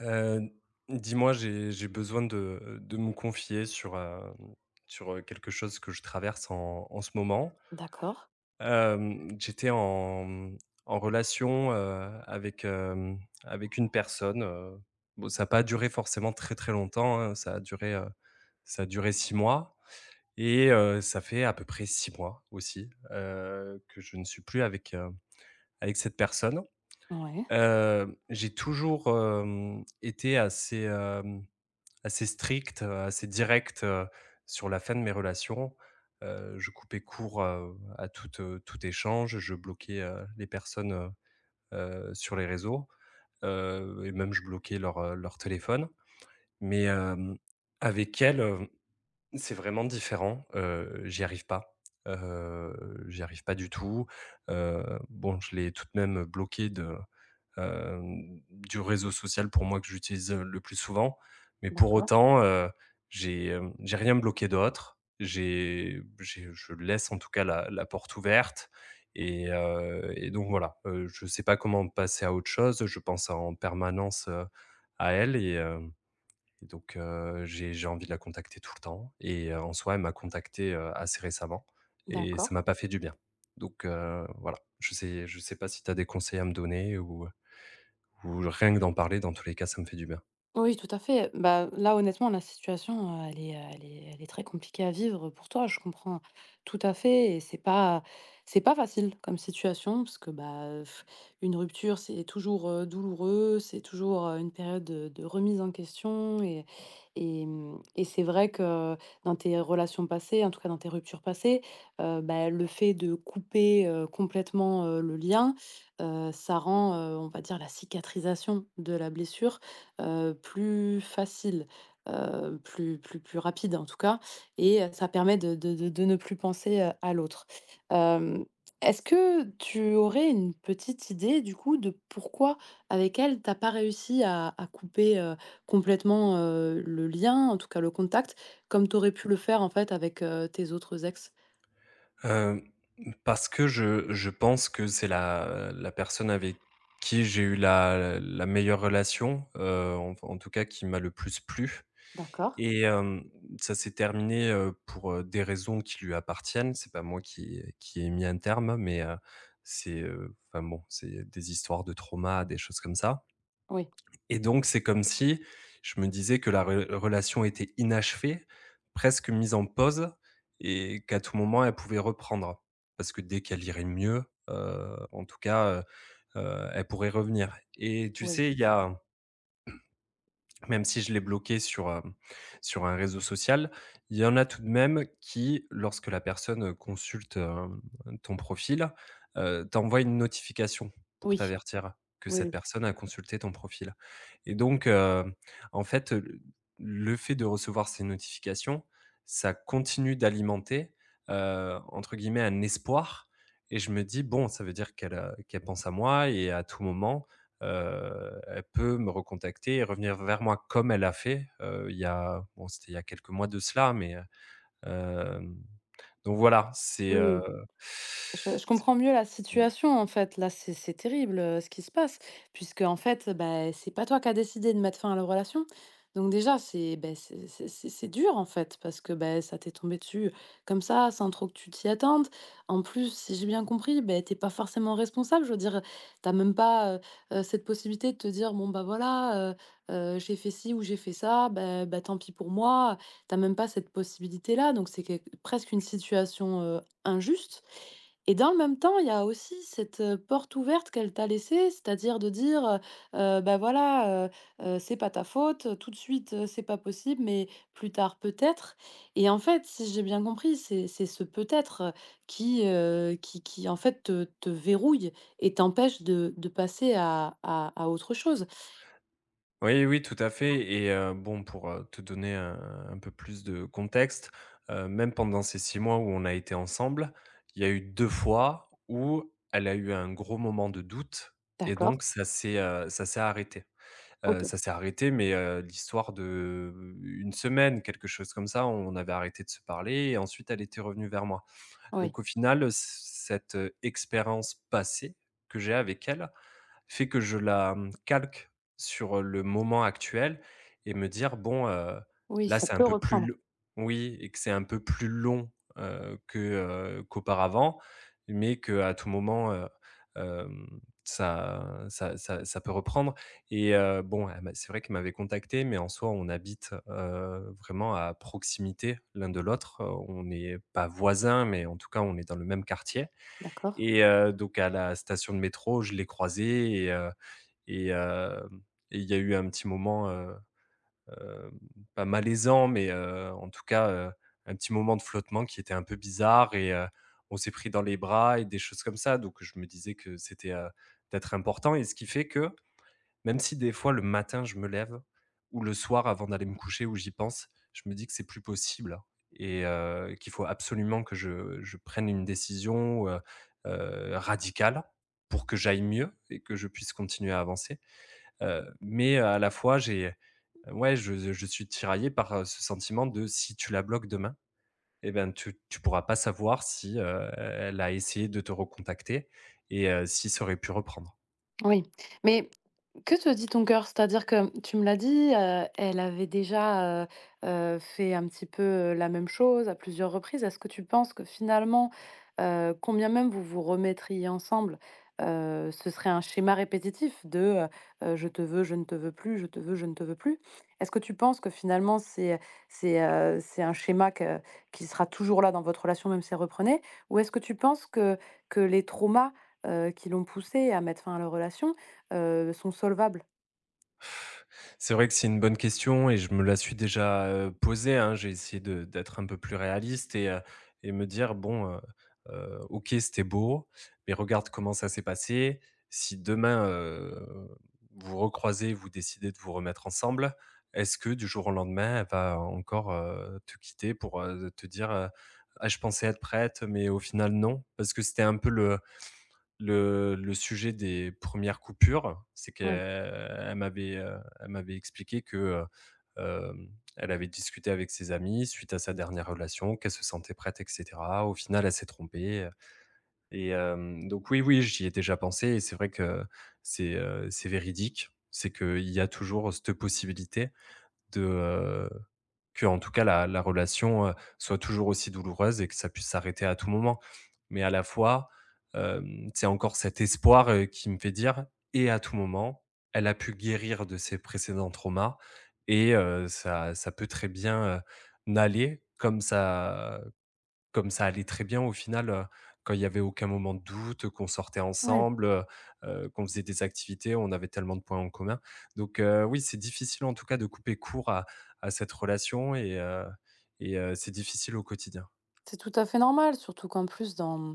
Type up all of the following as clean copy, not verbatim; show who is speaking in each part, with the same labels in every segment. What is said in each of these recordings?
Speaker 1: Heu, dis-moi, j'ai besoin de me confier sur, quelque chose que je traverse en ce moment.
Speaker 2: D'accord.
Speaker 1: J'étais en relation, avec, avec une personne, bon, ça n'a pas duré forcément très, très longtemps, hein, ça a ça a duré 6 mois et ça fait à peu près 6 mois aussi, que je ne suis plus avec cette personne.
Speaker 2: Ouais.
Speaker 1: J'ai toujours été assez, hem assez stricte, assez directe sur la fin de mes relations. Je coupais court à tout échange, je bloquais les personnes sur les réseaux et même je bloquais leur téléphone. Mais avec elle, c'est vraiment différent, j'y arrive pas. J'y arrive pas du tout. Bon, je l'ai tout de même bloquée de heu, du réseau social pour moi que j'utilise le plus souvent. Mais pour
Speaker 2: D'accord.
Speaker 1: autant, j'ai rien bloqué d'autre. J'ai, je laisse en tout cas la porte ouverte et donc voilà, je ne sais pas comment passer à autre chose. Je pense en permanence, à elle et donc j'ai envie de la contacter tout le temps et en soi, elle m'a contacté assez récemment et
Speaker 2: D'accord.
Speaker 1: ça m'a pas fait du bien. Donc voilà, je sais pas si tu as des conseils à me donner ou rien que d'en parler, dans tous les cas, ça me fait du bien.
Speaker 2: Oui, tout à fait. Bah, là, honnêtement, la situation, elle est, elle est très compliquée à vivre pour toi. Je comprends tout à fait et c'est pas facile comme situation parce que, bah, une rupture, c'est toujours, douloureux, c'est toujours, une période de remise en question et et c'est vrai que dans tes relations passées, en tout cas dans tes ruptures passées, bah, le fait de couper, complètement, le lien, ça rend, on va dire la cicatrisation de la blessure, plus facile, plus rapide en tout cas et ça permet de ne plus penser, à l'autre. Hem, est-ce que tu aurais une petite idée du coup de pourquoi avec elle, t'as pas réussi à couper, complètement, le lien, en tout cas le contact, comme tu aurais pu le faire en fait avec, tes autres ex?
Speaker 1: Hem, parce que je pense que c'est la personne avec qui j'ai eu la meilleure relation, en tout cas qui m'a le plus plu.
Speaker 2: D'accord.
Speaker 1: Et hem, ça s'est terminé pour, des raisons qui lui appartiennent. C'est pas moi qui ai mis un terme, enfin bon, c'est des histoires de trauma, des choses comme ça.
Speaker 2: Oui,
Speaker 1: Et donc c'est comme si je me disais que la re relation était inachevée, presque mise en pause et qu'à tout moment elle pouvait reprendre. Parce que dès qu'elle irait mieux, en tout cas, elle pourrait revenir. Et tu
Speaker 2: oui,
Speaker 1: sais, il y a même si je l'ai bloqué sur un réseau social, il y en a tout de même qui, lorsque la personne consulte ton profil, t'envoie une notification pour
Speaker 2: oui,
Speaker 1: t'avertir que
Speaker 2: oui,
Speaker 1: cette
Speaker 2: oui.
Speaker 1: personne a consulté ton profil et donc en fait, heu, le fait de recevoir ces notifications, ça continue d'alimenter entre guillemets «un espoir» et je me dis: «Bon, ça veut dire qu'elle, qu'elle pense à moi et à tout moment, elle peut me recontacter et revenir vers moi comme elle a fait, il y a bon, c'était il y a quelques mois de cela, mais, donc voilà, c'est,
Speaker 2: Je comprends mieux la
Speaker 1: mmh,
Speaker 2: situation, en fait. Là, c'est terrible, ce qui se passe, puisque en fait, bah, c'est pas toi qui as décidé de mettre fin à la relation. Donc déjà, c'est, beh, c'est dur, en fait, parce que, beh, ça t'est tombé dessus comme ça, sans trop que tu t'y attendes. En plus, si j'ai bien compris, beh, tu pas forcément responsable. Je veux dire, t'as même pas, cette possibilité de te dire: «Bon, bah, voilà, j'ai fait ci ou j'ai fait ça, bah, tant pis pour moi». T'as même pas cette possibilité-là, donc c'est quelque presque une situation, injuste. Et dans le même temps, il y a aussi cette, porte ouverte qu'elle t'a laissée, c'est-à-dire de dire, bah, voilà, c'est pas ta faute, tout de suite, c'est pas possible, mais plus tard peut-être. Et en fait, si j'ai bien compris, c'est ce peut-être, qui, qui en fait te verrouille et t'empêche de passer à autre chose.
Speaker 1: oui, oui, tout à fait et bon, te donner un peu plus de contexte, même pendant ces 6 mois où on a été ensemble, il y a eu 2 fois où elle a eu un gros moment de doute et
Speaker 2: D'accord,
Speaker 1: donc ça s'est ça s'est arrêté.
Speaker 2: OK.
Speaker 1: Ça s'est arrêté, mais l'histoire de une semaine, quelque chose comme ça. On avait arrêté de se parler et ensuite elle était revenue vers moi.
Speaker 2: Oui,
Speaker 1: Donc au final, c cette, expérience passée que j'ai avec elle fait que je la calque sur le moment actuel et me dire: «Bon,
Speaker 2: oui,
Speaker 1: là,
Speaker 2: ça
Speaker 1: c'est un
Speaker 2: peut
Speaker 1: peu plus
Speaker 2: reprendre.
Speaker 1: l» oui et que c'est un peu plus long, heu, que, qu'auparavant, mais qu'à tout moment, hem, ça peut reprendre et bon, elle m'a c'est vrai qu'il m'avait contacté, mais en soi, on habite vraiment à proximité l'un de l'autre. On n'est pas voisins, mais en tout cas, on est dans le même quartier
Speaker 2: D'accord.
Speaker 1: et donc à la station de métro, je l'ai croisée et hem et il y a eu un petit moment, hem, pas malaisant, mais en tout cas, un petit moment de flottement qui était un peu bizarre et on s'est pris dans les bras et des choses comme ça. Donc je me disais que c'était peut-être important et ce qui fait que, même si des fois le matin je me lève ou le soir avant d'aller me coucher où j'y pense, je me dis que c'est plus possible et qu'il faut absolument que je prenne une décision radicale pour que j'aille mieux et que je puisse continuer à avancer. Mais à la fois, j'ai ouais, je suis tiraillé par ce sentiment de si tu la bloques demain eh ben, tu pourras pas savoir si elle a essayé de te recontacter et si ça aurait pu reprendre.
Speaker 2: Oui, mais que te dit ton cœur? C'est-à-dire que tu me l'as dit, elle avait déjà, fait un petit peu, la même chose à plusieurs reprises. Est-ce que tu penses que finalement, combien même vous vous remettriez ensemble, ce serait un schéma répétitif de, «Je te veux, je ne te veux plus, je te veux, je ne te veux plus»? Est-ce que tu penses que finalement c'est, c'est un schéma que qui sera toujours là dans votre relation, même si elle reprenait? Ou est-ce que tu penses que les traumas qui l'ont poussé à mettre fin à leur relation, sont solvables.
Speaker 1: C'est vrai que c'est une bonne question et je me la suis déjà posée, hein. J'ai essayé de d'être un peu plus réaliste et me dire: «Bon, OK, c'était beau, mais regarde comment ça s'est passé. Si demain, vous recroisez, vous décidez de vous remettre ensemble, est-ce que du jour au lendemain, elle va encore, te quitter pour, te dire, "Ah, je pensais être prête, mais au final, non"?» parce que c'était un peu le le sujet des premières coupures, c'est qu'elle
Speaker 2: Ouais,
Speaker 1: elle m'avait expliqué que, heu, hem, elle avait discuté avec ses amis suite à sa dernière relation, qu'elle se sentait prête et cetera. Au final, elle s'est trompée, donc oui, oui, j'y ai déjà pensé et c'est vrai que c'est véridique. C'est qu'il y a toujours cette possibilité de, euh, que en tout cas la relation, soit toujours aussi douloureuse et que ça puisse s'arrêter à tout moment. Mais à la fois, c'est encore cet espoir qui me fait dire: «Et à tout moment, elle a pu guérir de ses précédents traumas et ça ça peut très bien, n'aller comme ça allait très bien au final, quand il y avait aucun moment de doute, qu'on sortait
Speaker 2: ouais.
Speaker 1: ensemble, qu'on faisait des activités, on avait tellement de points en commun. Donc oui, c'est difficile en tout cas de couper court à cette relation et c'est difficile au quotidien.
Speaker 2: C'est tout à fait normal, surtout qu'en plus dans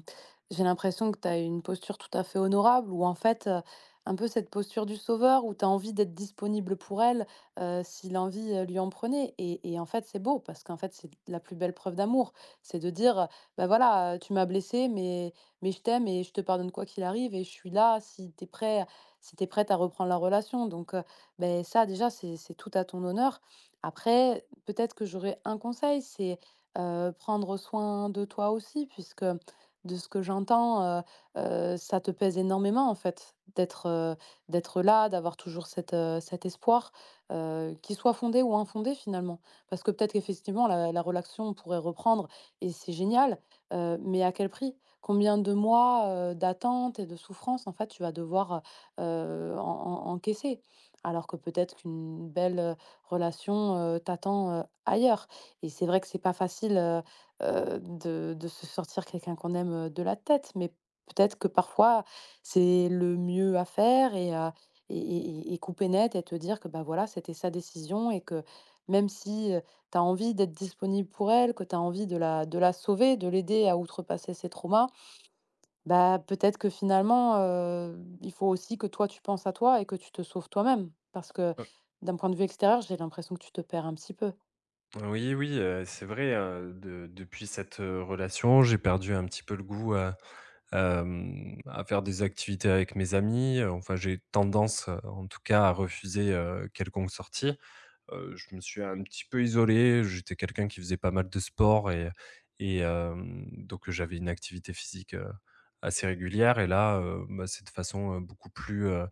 Speaker 2: j'ai l'impression que tu as une posture tout à fait honorable ou en fait, un peu cette posture du sauveur où tu as envie d'être disponible pour elle, si l'envie, lui en prenait et en fait, c'est beau parce qu'en fait, c'est la plus belle preuve d'amour. C'est de dire, «Bah, voilà, tu m'as blessé mais je t'aime et je te pardonne quoi qu'il arrive et je suis là si tu es prêt si tu prête à reprendre la relation» donc beh, ça déjà, c'est tout à ton honneur. Après, peut-être que j'aurais un conseil, c'est prendre soin de toi aussi puisque de ce que j'entends, ça te pèse énormément en fait d'être, d'être là, d'avoir toujours cet, cet espoir, qu'il soit fondé ou infondé finalement. Parce que peut-être qu'effectivement la relation pourrait reprendre et c'est génial, mais à quel prix? Combien de mois, d'attente et de souffrance en fait tu vas devoir, heu en en encaisser? Alors que peut-être qu'une belle, relation, t'attend, ailleurs. Et c'est vrai que c'est pas facile, de se sortir quelqu'un qu'on aime, de la tête, mais peut-être que parfois, c'est le mieux à faire et et couper net et te dire que, bah, voilà, c'était sa décision et que même si, tu as envie d'être disponible pour elle, que tu as envie de la sauver, de l'aider à outrepasser ses traumas, bah, peut-être que finalement, il faut aussi que toi, tu penses à toi et que tu te sauves toi-même. Parce que
Speaker 1: Heu,
Speaker 2: d'un point de vue extérieur, j'ai l'impression que tu te perds un petit peu.
Speaker 1: oui, oui, c'est vrai, de depuis cette relation, j'ai perdu un petit peu le goût à, à faire des activités avec mes amis, enfin j'ai tendance, en tout cas à refuser, quelconque sortie. Je me suis un petit peu isolé, j'étais quelqu'un qui faisait pas mal de sport et donc j'avais une activité physique, assez régulière et là, bah, c'est de façon,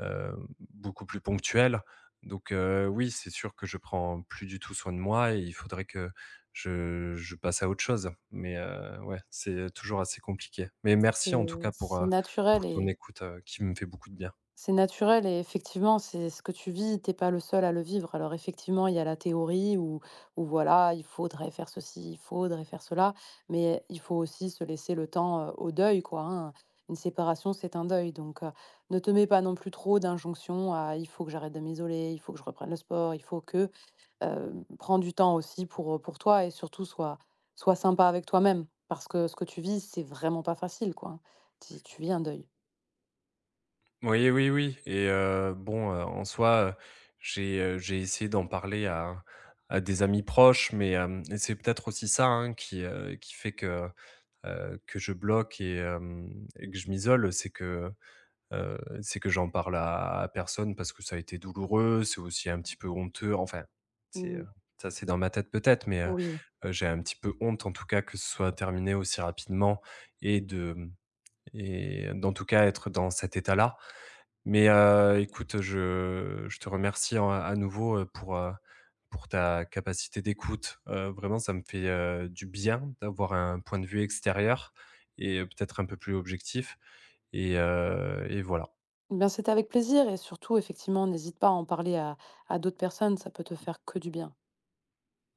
Speaker 1: heu, beaucoup plus ponctuelle. Donc oui, c'est sûr que je prends plus du tout soin de moi et il faudrait que je passe à autre chose. Mais ouais, c'est toujours assez compliqué. Mais merci en tout
Speaker 2: Heu,
Speaker 1: cas
Speaker 2: c'est naturel
Speaker 1: pour ton
Speaker 2: et
Speaker 1: écoute, qui me fait beaucoup de bien.
Speaker 2: c'est naturel et effectivement, c'est ce que tu vis. T'es pas le seul à le vivre. Alors effectivement, il y a la théorie où où voilà, il faudrait faire ceci, il faudrait faire cela, mais il faut aussi se laisser le temps, au deuil, quoi, hein. Une séparation, c'est un deuil, donc ne te mets pas non plus trop d'injonctions à: «Il faut que j'arrête de m'isoler, il faut que je reprenne le sport, il faut que», prends du temps aussi pour toi et surtout sois sympa avec toi-même parce que ce que tu vis, c'est vraiment pas facile, quoi, hein. Tu vis un deuil.
Speaker 1: Oui, oui, oui et bon, en soi, j'ai essayé d'en parler à des amis proches, mais c'est peut-être aussi ça, hein, qui fait que je bloque et que je m'isole, c'est que j'en parle à personne parce que ça a été douloureux, c'est aussi un petit peu honteux, enfin, c'est,
Speaker 2: Mmh,
Speaker 1: heu, ça, c'est dans ma tête peut-être, mais
Speaker 2: oui.
Speaker 1: j'ai un petit peu honte, en tout cas, que ce soit terminé aussi rapidement et de, mmh et d'en tout cas, être dans cet état-là mais, écoute, je te remercie en à nouveau, pour ta capacité d'écoute. Vraiment, ça me fait, du bien d'avoir un point de vue extérieur et peut-être un peu plus objectif et voilà.
Speaker 2: Eh bien, c'était avec plaisir et surtout, effectivement, n'hésite pas à en parler à d'autres personnes, ça peut te faire que du bien.